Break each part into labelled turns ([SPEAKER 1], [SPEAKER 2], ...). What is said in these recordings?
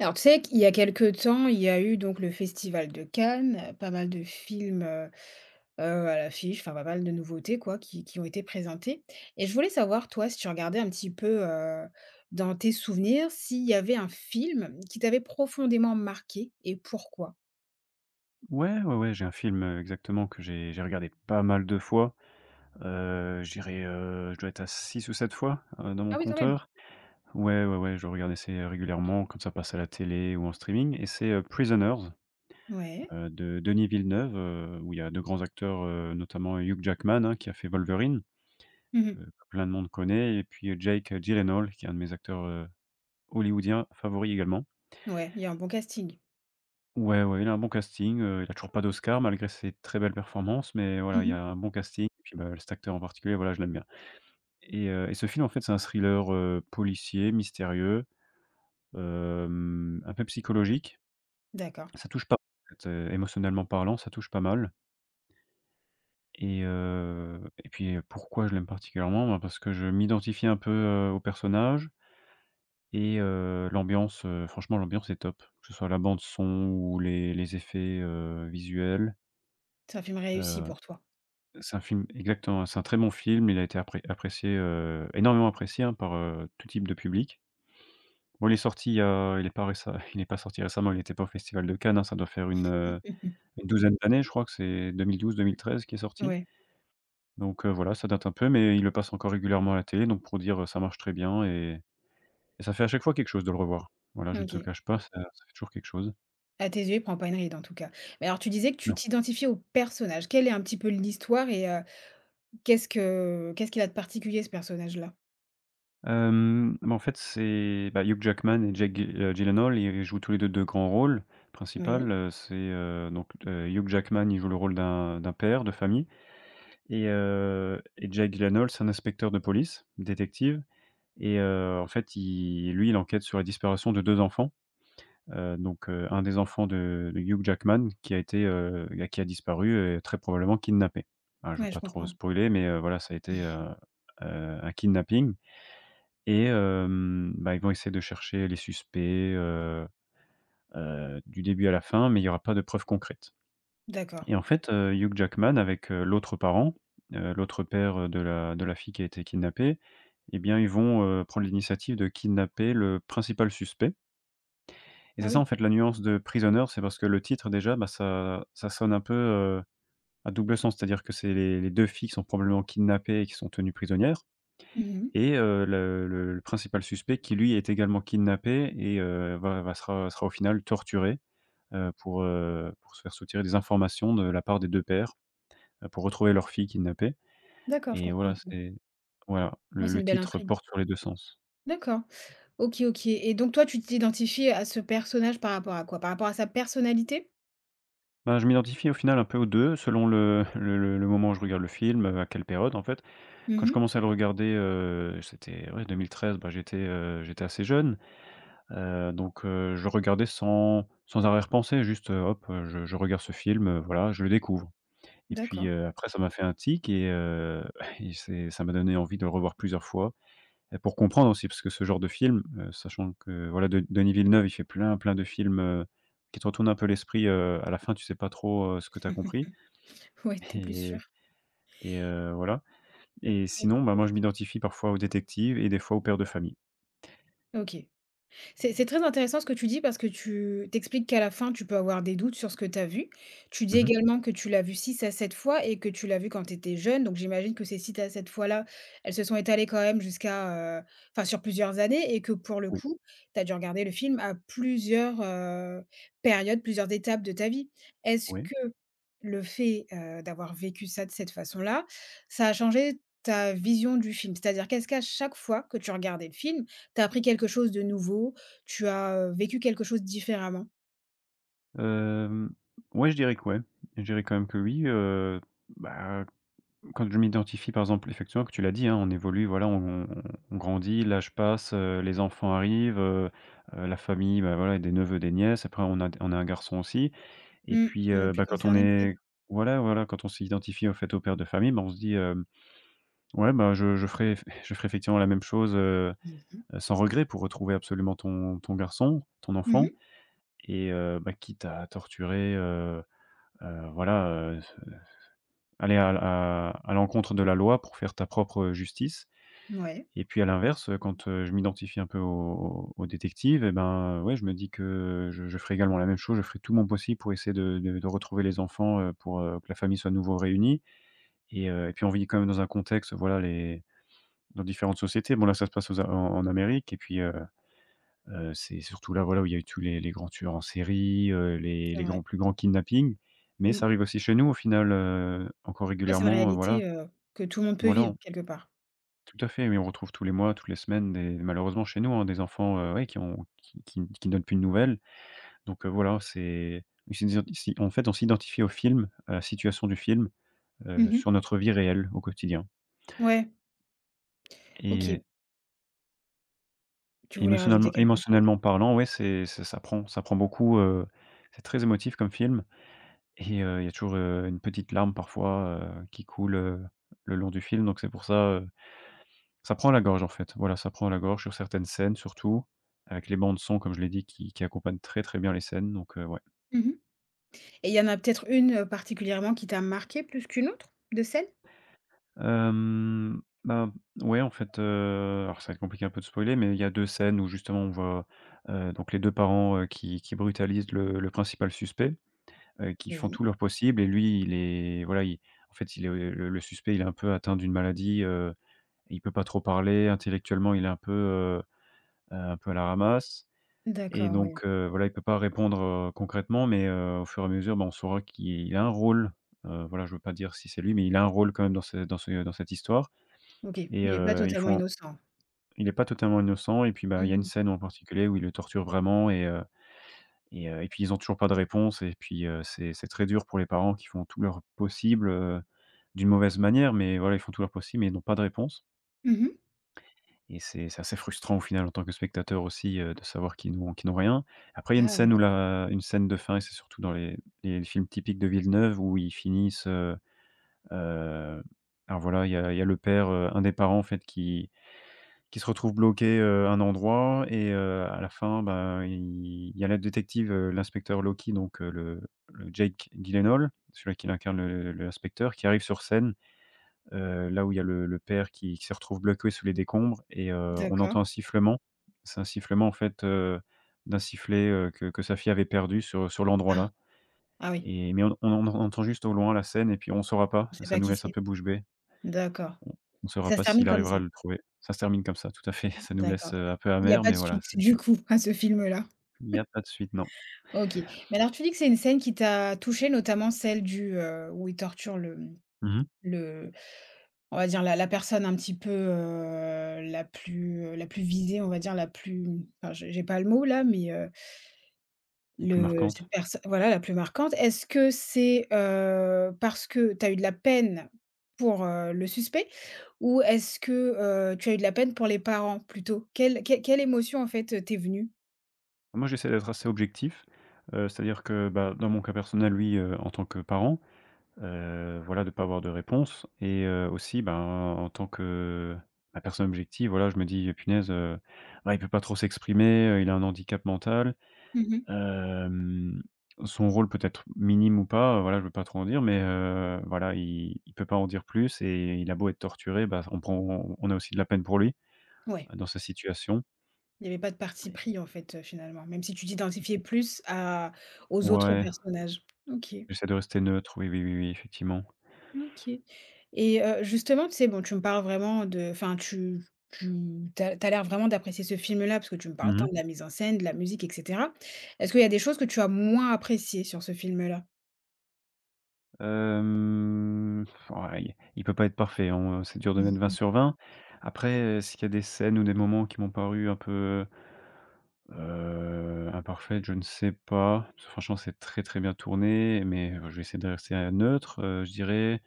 [SPEAKER 1] Alors, tu sais qu'il y a quelques temps, il y a eu donc le festival de Cannes, pas mal de films, heu, à l'affiche, enfin pas mal de nouveautés quoi qui ont été présentées et je voulais savoir toi si tu regardais un petit peu, dans tes souvenirs, s'il y avait un film qui t'avait profondément marqué et pourquoi?
[SPEAKER 2] Ouais, ouais, ouais, j'ai un film, exactement que j'ai regardé pas mal de fois. Je dirais, je dois être à 6 ou 7 fois, dans mon
[SPEAKER 1] Ah oui, quand même!
[SPEAKER 2] compteur. Ouais, ouais, ouais, je regarde assez régulièrement quand ça passe à la télé ou en streaming et c'est, Prisoners,
[SPEAKER 1] Ouais.
[SPEAKER 2] de Denis Villeneuve, où il y a 2 grands acteurs, notamment Hugh Jackman, hein, qui a fait Wolverine,
[SPEAKER 1] Mmh.
[SPEAKER 2] que plein de monde connaît et puis, Jake Gyllenhaal qui est un de mes acteurs, hollywoodiens favoris également.
[SPEAKER 1] Ouais, il y a un bon casting.
[SPEAKER 2] Ouais, ouais, il a un bon casting, il a toujours pas d'Oscar malgré ses très belles performances, mais voilà, il y
[SPEAKER 1] Mmh.
[SPEAKER 2] a un bon casting et puis, bah, cet acteur en particulier, voilà, je l'aime bien et ce film, en fait, c'est un thriller, policier, mystérieux, un peu psychologique.
[SPEAKER 1] D'accord.
[SPEAKER 2] Ça touche pas en fait, émotionnellement parlant, ça touche pas mal et puis, pourquoi je l'aime particulièrement? Ben, parce que je m'identifie un peu, au personnage et l'ambiance, franchement l'ambiance est top, que ce soit la bande son ou les effets, visuels,
[SPEAKER 1] C'est un film réussi
[SPEAKER 2] heu
[SPEAKER 1] pour toi?
[SPEAKER 2] C'est un film exactement, c'est un très bon film. Il a été apprécié, énormément apprécié, hein, par, tout type de public. Bon, il est sorti il y a il est pas récem il est pas sorti récemment, il était pas au festival de Cannes, hein, ça doit faire une douzaine d'années, je crois que c'est 2012-2013 qui est sorti.
[SPEAKER 1] Ouais,
[SPEAKER 2] Donc voilà, ça date un peu, mais il le passe encore régulièrement à la télé, donc pour dire, ça marche très bien et ça fait à chaque fois quelque chose de le revoir. Voilà, je ne te le
[SPEAKER 1] OK.
[SPEAKER 2] cache pas, ça fait toujours quelque chose.
[SPEAKER 1] À tes yeux, il prend pas une ride en tout cas. Mais alors tu disais que tu t'identifiais au personnage. Quelle est un petit peu l'histoire et qu'est-ce qu'il a de particulier ce personnage-là?
[SPEAKER 2] Bah, en fait, c'est, bah, Hugh Jackman et Jake Gy Gyllenhaal, ils jouent tous les 2 de grands rôles principal,
[SPEAKER 1] Oui.
[SPEAKER 2] c'est, donc, Hugh Jackman, il joue le rôle d'un père de famille et Jake Gyllenhaal, c'est un inspecteur de police, détective et en fait, il lui, il enquête sur la disparition de 2 enfants, donc, un des enfants de Hugh Jackman qui a été, bah, qui a disparu et très probablement kidnappé. Voilà, je veux
[SPEAKER 1] Ouais, je
[SPEAKER 2] pas trop
[SPEAKER 1] comprends.
[SPEAKER 2] spoiler mais, voilà, ça a été, un kidnapping et bah, ils vont essayer de chercher les suspects, heu du début à la fin, mais il y aura pas de preuves concrètes.
[SPEAKER 1] D'accord.
[SPEAKER 2] Et en fait, Hugh Jackman avec, l'autre parent, l'autre père, de la fille qui a été kidnappée, eh bien, ils vont, prendre l'initiative de kidnapper le principal suspect. Et c'est
[SPEAKER 1] Ah
[SPEAKER 2] ça, en
[SPEAKER 1] oui.
[SPEAKER 2] fait, la nuance de Prisoner, c'est parce que le titre déjà, bah, ça sonne un peu, à double sens. C'est-à-dire que c'est les 2 filles qui sont probablement kidnappées et qui sont tenues prisonnières.
[SPEAKER 1] Mmh.
[SPEAKER 2] Et le principal suspect qui lui est également kidnappé et va sera au final torturé, pour se faire soutirer des informations de la part des 2 pères, pour retrouver leur fille kidnappée
[SPEAKER 1] D'accord, je
[SPEAKER 2] et
[SPEAKER 1] comprends
[SPEAKER 2] voilà,
[SPEAKER 1] un peu.
[SPEAKER 2] c'est voilà, le
[SPEAKER 1] Moi, c'est
[SPEAKER 2] le
[SPEAKER 1] une belle
[SPEAKER 2] titre
[SPEAKER 1] intrigue.
[SPEAKER 2] porte sur les 2 sens.
[SPEAKER 1] D'accord. OK, OK, et donc toi, tu t'identifies à ce personnage par rapport à quoi? Par rapport à sa personnalité?
[SPEAKER 2] Ben je m'identifie au final un peu aux 2, selon le moment où je regarde le film, à quelle période en fait. Quand je
[SPEAKER 1] Mmh.
[SPEAKER 2] commençais à le regarder, c'était ouais 2013, Ben j'étais, j'étais assez jeune. Donc je regardais sans arrière-pensée, juste, hop, je regarde ce film, voilà, je le découvre et puis,
[SPEAKER 1] D'accord.
[SPEAKER 2] après ça m'a fait un tic et et c'est ça m'a donné envie de le revoir plusieurs fois et pour comprendre aussi parce que ce genre de film, sachant que voilà, De Denis Villeneuve, il fait plein, plein de films, qui te retournent un peu l'esprit, à la fin, tu sais pas trop, ce que tu as compris
[SPEAKER 1] Ouais, t'es plus
[SPEAKER 2] et
[SPEAKER 1] sûre.
[SPEAKER 2] voilà et sinon, bah, moi, je m'identifie parfois aux détectives et des fois aux pères de famille.
[SPEAKER 1] OK. C'est très intéressant ce que tu dis parce que tu t'expliques qu'à la fin, tu peux avoir des doutes sur ce que tu as vu. Tu dis
[SPEAKER 2] Mmh.
[SPEAKER 1] également que tu l'as vu six à 7 fois et que tu l'as vu quand tu étais jeune. Donc j'imagine que ces 6 à 7 fois-là, elles se sont étalées quand même jusqu'à, enfin sur plusieurs années et que pour le
[SPEAKER 2] Oui.
[SPEAKER 1] coup, tu as dû regarder le film à plusieurs, périodes, plusieurs étapes de ta vie. Est-ce
[SPEAKER 2] Oui.
[SPEAKER 1] que le fait, d'avoir vécu ça de cette façon-là, ça a changé ta vision du film? C'est-à-dire qu'est-ce qu'à chaque fois que tu regardais le film, tu as appris quelque chose de nouveau? Tu as, vécu quelque chose différemment.
[SPEAKER 2] Hem, ouais, je dirais que ouais. Je dirais quand même que oui, bah, quand je m'identifie, par exemple, effectivement, que tu l'as dit, hein, on évolue, voilà, on on grandit, l'âge passe, les enfants arrivent, la famille, bah, voilà, des neveux, des nièces. Après, on a un garçon aussi et
[SPEAKER 1] Mmh,
[SPEAKER 2] puis,
[SPEAKER 1] on est plus
[SPEAKER 2] bah, quand on
[SPEAKER 1] concernés peut-être?
[SPEAKER 2] est voilà, voilà, quand on s'identifie, au fait, au père de famille, bah, on se dit, hem: «Ouais, bah, je ferai je ferai effectivement la même chose,
[SPEAKER 1] Mmh mh.
[SPEAKER 2] sans regret pour retrouver absolument ton garçon, ton enfant»
[SPEAKER 1] Mmh
[SPEAKER 2] et bah, quitte à torturer, voilà, heu, aller à l'encontre de la loi pour faire ta propre, justice
[SPEAKER 1] mh. Ouais,
[SPEAKER 2] et puis à l'inverse, quand, je m'identifie un peu au détective et ben, ouais, je me dis que je ferai également la même chose. Je ferai tout mon possible pour essayer de retrouver les enfants, pour, que la famille soit à nouveau réunie et puis on vit quand même dans un contexte, voilà, les dans différentes sociétés. Bon là, ça se passe aux A en en Amérique et puis, c'est surtout là, voilà, où il y a eu tous les grands tueurs en série, les
[SPEAKER 1] c'est
[SPEAKER 2] les grands
[SPEAKER 1] vrai.
[SPEAKER 2] plus grands kidnappings, mais
[SPEAKER 1] Mmh.
[SPEAKER 2] ça arrive aussi chez nous au final, encore
[SPEAKER 1] Ouais, c'est une
[SPEAKER 2] régulièrement, voilà.
[SPEAKER 1] réalité, que tout le monde peut
[SPEAKER 2] Voilà,
[SPEAKER 1] vivre
[SPEAKER 2] on
[SPEAKER 1] quelque part.
[SPEAKER 2] tout à fait, oui, on retrouve tous les mois, toutes les semaines des malheureusement chez nous, hein, des enfants, ouais, qui ne donnent plus de nouvelles, donc voilà, c'est des si en fait, on s'identifie au film, à la situation du film,
[SPEAKER 1] Mmh mh.
[SPEAKER 2] sur notre vie réelle au quotidien
[SPEAKER 1] Ouais,
[SPEAKER 2] et
[SPEAKER 1] OK. Tu voulais rajouter quelque chose.
[SPEAKER 2] émotionnellement parlant, ouais, c'est ça prend ça prend beaucoup, c'est très émotif comme film. Et il y a toujours, une petite larme parfois, qui coule, le long du film, donc c'est pour ça, heu, ça prend à la gorge en fait. Voilà, ça prend à la gorge sur certaines scènes surtout, avec les bandes son comme je l'ai dit qui accompagnent très, très bien les scènes donc ouais.
[SPEAKER 1] Mmh mh, et il y en a peut-être une, particulièrement qui t'a marquée plus qu'une autre de celles?
[SPEAKER 2] Bah, ouais en fait, alors ça va être compliqué un peu de spoiler, mais il y a 2 scènes où justement on voit, donc les 2 parents, qui brutalisent le principal suspect, qui font
[SPEAKER 1] Oui.
[SPEAKER 2] tout leur possible et lui il est voilà, il en fait il est le suspect il est un peu atteint d'une maladie, Il peut pas trop parler, intellectuellement, il est un peu à la ramasse et
[SPEAKER 1] D'accord, oui.
[SPEAKER 2] donc voilà, il peut pas répondre, concrètement, mais au fur et à mesure, bah, on saura qu'il a un rôle, voilà, je veux pas dire si c'est lui, mais il a un rôle quand même dans cette histoire
[SPEAKER 1] OK.
[SPEAKER 2] et
[SPEAKER 1] Il est pas
[SPEAKER 2] ils
[SPEAKER 1] totalement
[SPEAKER 2] font
[SPEAKER 1] innocent.
[SPEAKER 2] il est pas totalement innocent et puis,
[SPEAKER 1] Mmh
[SPEAKER 2] bah, il y a une
[SPEAKER 1] mh.
[SPEAKER 2] scène en particulier où ils le torturent vraiment et puis ils ont toujours pas de réponse et puis, c'est très dur pour les parents qui font tout leur possible, d'une mauvaise manière, mais voilà, ils font tout leur possible, mais ils n'ont pas de réponse.
[SPEAKER 1] Mmh mh.
[SPEAKER 2] Et c'est assez frustrant au final en tant que spectateur aussi, de savoir qu'ils n'ont rien. Après il y a une
[SPEAKER 1] Ah
[SPEAKER 2] scène où
[SPEAKER 1] d'accord.
[SPEAKER 2] la une scène de fin et c'est surtout dans les films typiques de Villeneuve où ils finissent, heu, alors voilà, il y a le père, un des parents en fait qui se retrouve bloqué, à un endroit et à la fin, ben, il y a le détective, l'inspecteur Loki donc, le Jake Gyllenhaal, celui qui incarne l'inspecteur qui arrive sur scène là où il y a le père qui se retrouve bloqué sous les décombres et on
[SPEAKER 1] D'accord.
[SPEAKER 2] entend un sifflement. C'est un sifflement, en fait, d'un sifflet, que sa fille avait perdu sur l'endroit
[SPEAKER 1] Ah!
[SPEAKER 2] là
[SPEAKER 1] Ah oui,
[SPEAKER 2] et mais on entend juste au loin la scène et puis on saura pas,
[SPEAKER 1] on sait
[SPEAKER 2] ça
[SPEAKER 1] pas
[SPEAKER 2] nous
[SPEAKER 1] qui
[SPEAKER 2] laisse un
[SPEAKER 1] c'est.
[SPEAKER 2] peu bouche bée.
[SPEAKER 1] D'accord,
[SPEAKER 2] On
[SPEAKER 1] et
[SPEAKER 2] saura
[SPEAKER 1] ça se
[SPEAKER 2] pas
[SPEAKER 1] termine
[SPEAKER 2] s'il
[SPEAKER 1] comme
[SPEAKER 2] arrivera
[SPEAKER 1] ça?
[SPEAKER 2] à le trouver. Ça se termine comme ça, tout à fait. Ça nous laisse,
[SPEAKER 1] D'accord.
[SPEAKER 2] un peu
[SPEAKER 1] Il y a
[SPEAKER 2] amer,
[SPEAKER 1] pas
[SPEAKER 2] mais
[SPEAKER 1] de
[SPEAKER 2] voilà,
[SPEAKER 1] suite,
[SPEAKER 2] c'est
[SPEAKER 1] du coup, à ce film-là?
[SPEAKER 2] Il y a pas de suite, non.
[SPEAKER 1] OK. Mais alors tu dis que c'est une scène qui t'a touchée, notamment celle du, où il torture le,
[SPEAKER 2] Mmh.
[SPEAKER 1] le on va dire la la personne un petit peu, la plus visée, on va dire la plus, enfin j'ai pas le mot là, mais,
[SPEAKER 2] La plus
[SPEAKER 1] le cette
[SPEAKER 2] marquante.
[SPEAKER 1] personne voilà, la plus marquante. Est-ce que c'est, parce que tu as eu de la peine pour, le suspect? Ou est-ce que, tu as eu de la peine pour les parents plutôt? Quelle émotion en fait, t'es venue?
[SPEAKER 2] Moi, j'essaie d'être assez objectif, c'est-à-dire que, bah, dans mon cas personnel, lui, en tant que parent. Voilà, de pas avoir de réponse et aussi, ben, en tant que, bah, personne objective, voilà, je me dis: «Punaise, bah, il peut pas trop s'exprimer, il a un handicap mental».
[SPEAKER 1] Mmh.
[SPEAKER 2] Hem, son rôle peut être minime ou pas, voilà, je veux pas trop en dire, mais voilà, il peut pas en dire plus et il a beau être torturé, bah, on a aussi de la peine pour lui,
[SPEAKER 1] Ouais.
[SPEAKER 2] dans sa situation.
[SPEAKER 1] Il n'y avait pas de parti pris, en fait, finalement, même si tu t'identifiais plus à aux autres
[SPEAKER 2] Ouais,
[SPEAKER 1] personnages. OK,
[SPEAKER 2] j'essaie de rester neutre, oui, oui, oui, oui, effectivement.
[SPEAKER 1] OK et justement, tu sais, bon, tu me parles vraiment de, enfin, tu tu as, tu as l'air vraiment d'apprécier ce film-là parce que tu me parles
[SPEAKER 2] Mmh.
[SPEAKER 1] tant de la mise en scène, de la musique, et cetera. Est-ce qu'il y a des choses que tu as moins appréciées sur ce film-là?
[SPEAKER 2] Hem, ouais, il peut pas être parfait, on c'est dur de mettre 20 sur 20. Après, s'il y a des scènes ou des moments qui m'ont paru un peu, imparfaits, je ne sais pas. Parce que franchement, c'est très, très bien tourné, mais je vais essayer de rester, neutre. Je dirais,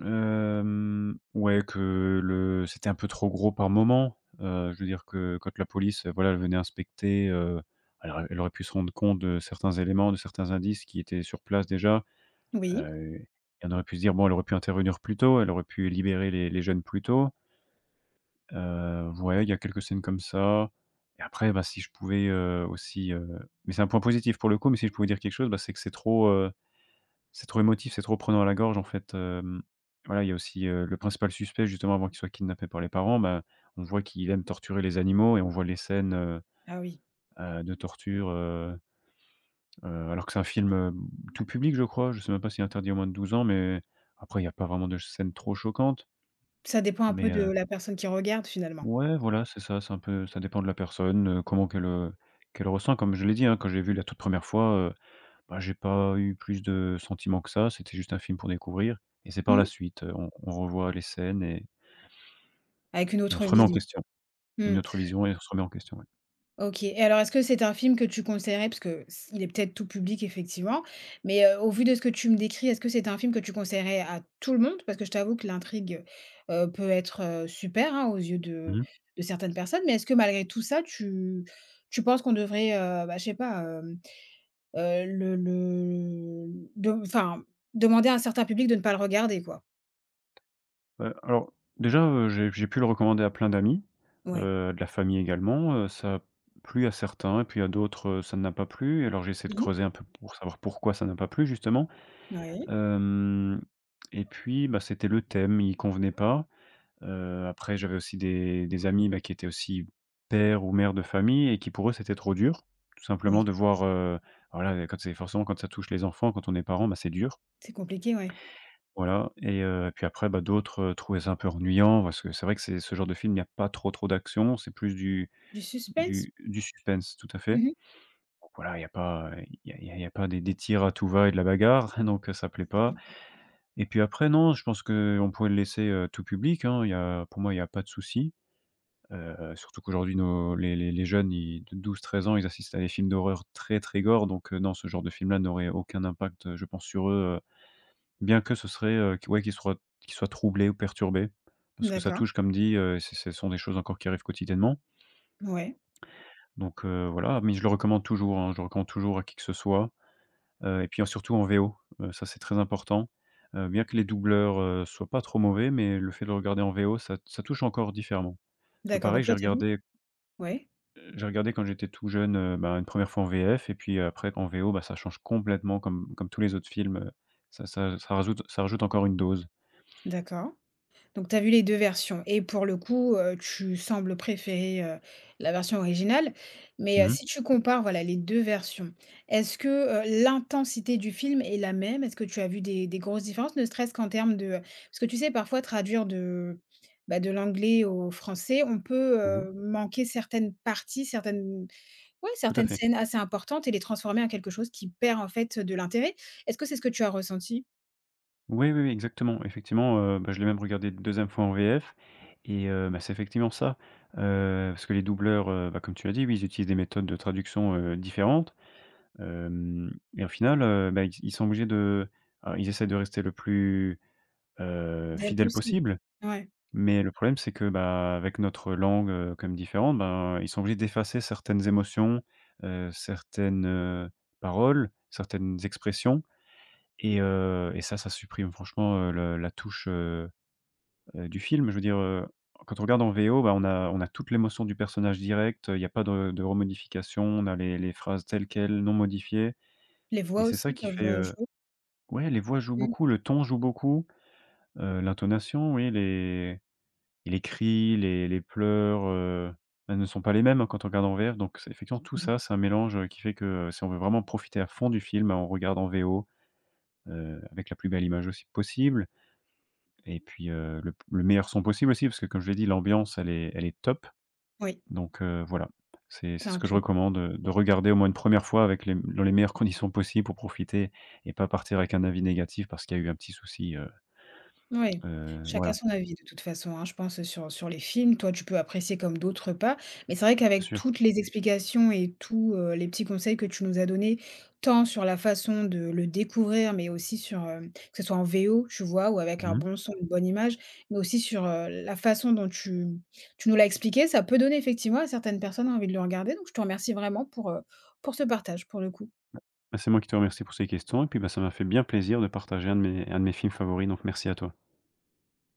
[SPEAKER 2] ouais, que le c'était un peu trop gros par moment. Je veux dire que quand la police, voilà, elle venait inspecter, elle aurait pu se rendre compte de certains éléments, de certains indices qui étaient sur place déjà.
[SPEAKER 1] Oui?
[SPEAKER 2] Heu et on aurait pu se dire: «Bon, elle aurait pu intervenir plus tôt, elle aurait pu libérer les jeunes plus tôt». Ouais, il y a quelques scènes comme ça. Et après, bah, si je pouvais, aussi, mais c'est un point positif pour le coup, mais si je pouvais dire quelque chose, bah, c'est que c'est trop émotif, c'est trop prenant à la gorge en fait, voilà, il y a aussi, le principal suspect justement avant qu'il soit kidnappé par les parents, bah, on voit qu'il aime torturer les animaux et on voit les scènes,
[SPEAKER 1] Ah oui.
[SPEAKER 2] de torture. Alors que c'est un film, tout public, je crois. Je sais même pas s'il est interdit aux moins de 12 ans, mais après, il y a pas vraiment de scènes trop choquantes.
[SPEAKER 1] Ça dépend un
[SPEAKER 2] Mais,
[SPEAKER 1] peu de la personne qui regarde, finalement.
[SPEAKER 2] ouais, voilà, c'est ça, c'est un peu ça dépend de la personne, comment qu'elle ressent. Comme je l'ai dit, hein, quand j'ai vu la toute première fois, bah, j'ai pas eu plus de sentiments que ça. C'était juste un film pour découvrir et c'est
[SPEAKER 1] Mmh
[SPEAKER 2] par la
[SPEAKER 1] mh.
[SPEAKER 2] suite, on revoit les scènes et
[SPEAKER 1] Avec une
[SPEAKER 2] et on
[SPEAKER 1] autre
[SPEAKER 2] se remet en
[SPEAKER 1] vision.
[SPEAKER 2] question. Une
[SPEAKER 1] Mmh.
[SPEAKER 2] autre vision et on se remet en question, ouais.
[SPEAKER 1] OK, et alors est-ce que c'est un film que tu conseillerais parce que s il est peut-être tout public effectivement, mais, au vu de ce que tu me décris, est-ce que c'est un film que tu conseillerais à tout le monde? Parce que je t'avoue que l'intrigue, peut être, super, hein, aux yeux
[SPEAKER 2] Mmh. Mmh.
[SPEAKER 1] de certaines personnes, mais est-ce que malgré tout ça, tu tu penses qu'on devrait, bah, je sais pas, le de enfin, demander à un certain public de ne pas le regarder quoi?
[SPEAKER 2] Alors déjà, j'ai pu le recommander à plein d'amis,
[SPEAKER 1] Ouais.
[SPEAKER 2] de la famille également, ça a plu à certains et puis à d'autres, ça n'a pas plu. Alors j'ai essayé de
[SPEAKER 1] Mmh.
[SPEAKER 2] creuser un peu pour savoir pourquoi ça n'a pas plu justement.
[SPEAKER 1] Oui,
[SPEAKER 2] Hem et puis, bah, c'était le thème, il convenait pas. Après j'avais aussi des amis, bah, qui étaient aussi pères ou mères de famille et qui pour eux c'était trop dur, tout simplement
[SPEAKER 1] oui,
[SPEAKER 2] de voir, voilà, quand c'est forcément quand ça touche les enfants, quand on est parent, bah, c'est dur.
[SPEAKER 1] c'est compliqué, ouais.
[SPEAKER 2] Voilà et puis après, bah, d'autres, trouvaient ça un peu ennuyant parce que c'est vrai que c'est ce genre de film, il n'y a pas trop, trop d'action, c'est plus du
[SPEAKER 1] Du suspense?
[SPEAKER 2] du du suspense, tout à fait.
[SPEAKER 1] Mmh.
[SPEAKER 2] Donc voilà, il n'y a pas, il y a il y a il y a pas des tirs à tout va et de la bagarre, donc ça plaît pas. Et puis après non, je pense qu'on pouvait le laisser, tout public, hein, il y a pour moi, il y a pas de souci, surtout qu'aujourd'hui nos les jeunes, ils de 12 13 ans, ils assistent à des films d'horreur très, très gore donc non, ce genre de film-là n'aurait aucun impact, je pense sur eux. Bien que ce serait, qu ouais, qu'il soit troublé ou perturbé, parce que ça
[SPEAKER 1] D'accord,
[SPEAKER 2] touche comme dit, c'est ce sont des choses encore qui arrivent quotidiennement,
[SPEAKER 1] ouais,
[SPEAKER 2] donc voilà, mais je le recommande toujours, hein, je le recommande toujours à qui que ce soit, et puis, surtout en VO, ça c'est très important, bien que les doubleurs, soient pas trop mauvais, mais le fait de le regarder en VO, ça touche encore différemment. Parce que
[SPEAKER 1] d'accord donc
[SPEAKER 2] pareil, j'ai
[SPEAKER 1] toi tu vu.
[SPEAKER 2] regardé
[SPEAKER 1] Ouais,
[SPEAKER 2] j'ai regardé quand j'étais tout jeune, bah, une première fois en VF et puis après en VO, bah, ça change complètement comme tous les autres films, ça rajoute encore une dose.
[SPEAKER 1] d'accord. Donc tu as vu les 2 versions et pour le coup, tu sembles préférer, la version originale. Mais,
[SPEAKER 2] Mmh mh.
[SPEAKER 1] si tu compares, voilà, les 2 versions, est-ce que, l'intensité du film est la même? Est-ce que tu as vu des grosses différences, ne serait-ce qu'en termes de, parce que tu sais, parfois traduire de, bah, de l'anglais au français, on peut,
[SPEAKER 2] Oui,
[SPEAKER 1] manquer certaines parties, certaines, ouais,
[SPEAKER 2] tout à
[SPEAKER 1] certaines
[SPEAKER 2] fait.
[SPEAKER 1] scènes assez importantes et les transformer en quelque chose qui perd, en fait, de l'intérêt. Est-ce que c'est ce que tu as ressenti?
[SPEAKER 2] Oui, oui, oui, exactement. Effectivement, bah, je l'ai même regardé 2e fois en VF et bah, c'est effectivement ça, parce que les doubleurs, bah, comme tu l'as dit, oui, ils utilisent des méthodes de traduction, différentes, hem et au final, bah, ils ils sont obligés de alors ils essaient de rester le plus,
[SPEAKER 1] Dès le
[SPEAKER 2] fidèle
[SPEAKER 1] possible?
[SPEAKER 2] possible,
[SPEAKER 1] Ouais.
[SPEAKER 2] mais le problème, c'est que, bah, avec notre langue, comme différente, ben, ils sont obligés d'effacer certaines émotions, certaines, paroles, certaines expressions et ça, ça supprime franchement, le la touche, du film. Je veux dire, quand on regarde en VO, bah, on a toute l'émotion du personnage direct, il n'y a pas de remodification, on a les phrases telles quelles, non modifiées.
[SPEAKER 1] Les
[SPEAKER 2] Et
[SPEAKER 1] voix
[SPEAKER 2] c'est ça
[SPEAKER 1] aussi
[SPEAKER 2] qui
[SPEAKER 1] peuvent,
[SPEAKER 2] fait,
[SPEAKER 1] jouer.
[SPEAKER 2] ouais, les voix jouent
[SPEAKER 1] Mmh.
[SPEAKER 2] beaucoup, le ton joue beaucoup, l'intonation, oui, les et les cris, les pleurs, bah, ne sont pas les mêmes, hein, quand on regarde en VF donc c'est effectivement tout
[SPEAKER 1] Mmh.
[SPEAKER 2] ça, c'est un mélange, qui fait que, si on veut vraiment profiter à fond du film, bah, on regarde en VO, avec la plus belle image aussi possible. Et puis, le meilleur son possible aussi, parce que comme je l'ai dit, l'ambiance elle est top.
[SPEAKER 1] Oui,
[SPEAKER 2] Donc, voilà, c'est
[SPEAKER 1] c'est
[SPEAKER 2] c'est ce
[SPEAKER 1] un
[SPEAKER 2] que je
[SPEAKER 1] tout.
[SPEAKER 2] recommande, de regarder au moins une première fois avec les dans les meilleures conditions possibles pour profiter et pas partir avec un avis négatif parce qu'il y a eu un petit souci,
[SPEAKER 1] Oui, chacun
[SPEAKER 2] voilà,
[SPEAKER 1] son avis de toute façon, hein, je pense sur sur les films. Toi, tu peux apprécier comme d'autres pas. Mais c'est vrai
[SPEAKER 2] c'est
[SPEAKER 1] qu'avec
[SPEAKER 2] sûr.
[SPEAKER 1] toutes les explications et tous, les petits conseils que tu nous as donnés, tant sur la façon de le découvrir, mais aussi sur, que ce soit en VO, tu vois? Ou avec un
[SPEAKER 2] Mmh.
[SPEAKER 1] bon son, une bonne image, mais aussi sur, la façon dont tu nous l'as expliqué, ça peut donner effectivement à certaines personnes envie de le regarder. Donc je te remercie vraiment pour ce partage, pour le coup.
[SPEAKER 2] Bah, c'est moi qui te remercie pour ces questions et puis, bah, ça m'a fait bien plaisir de partager un de mes films favoris, donc merci à toi.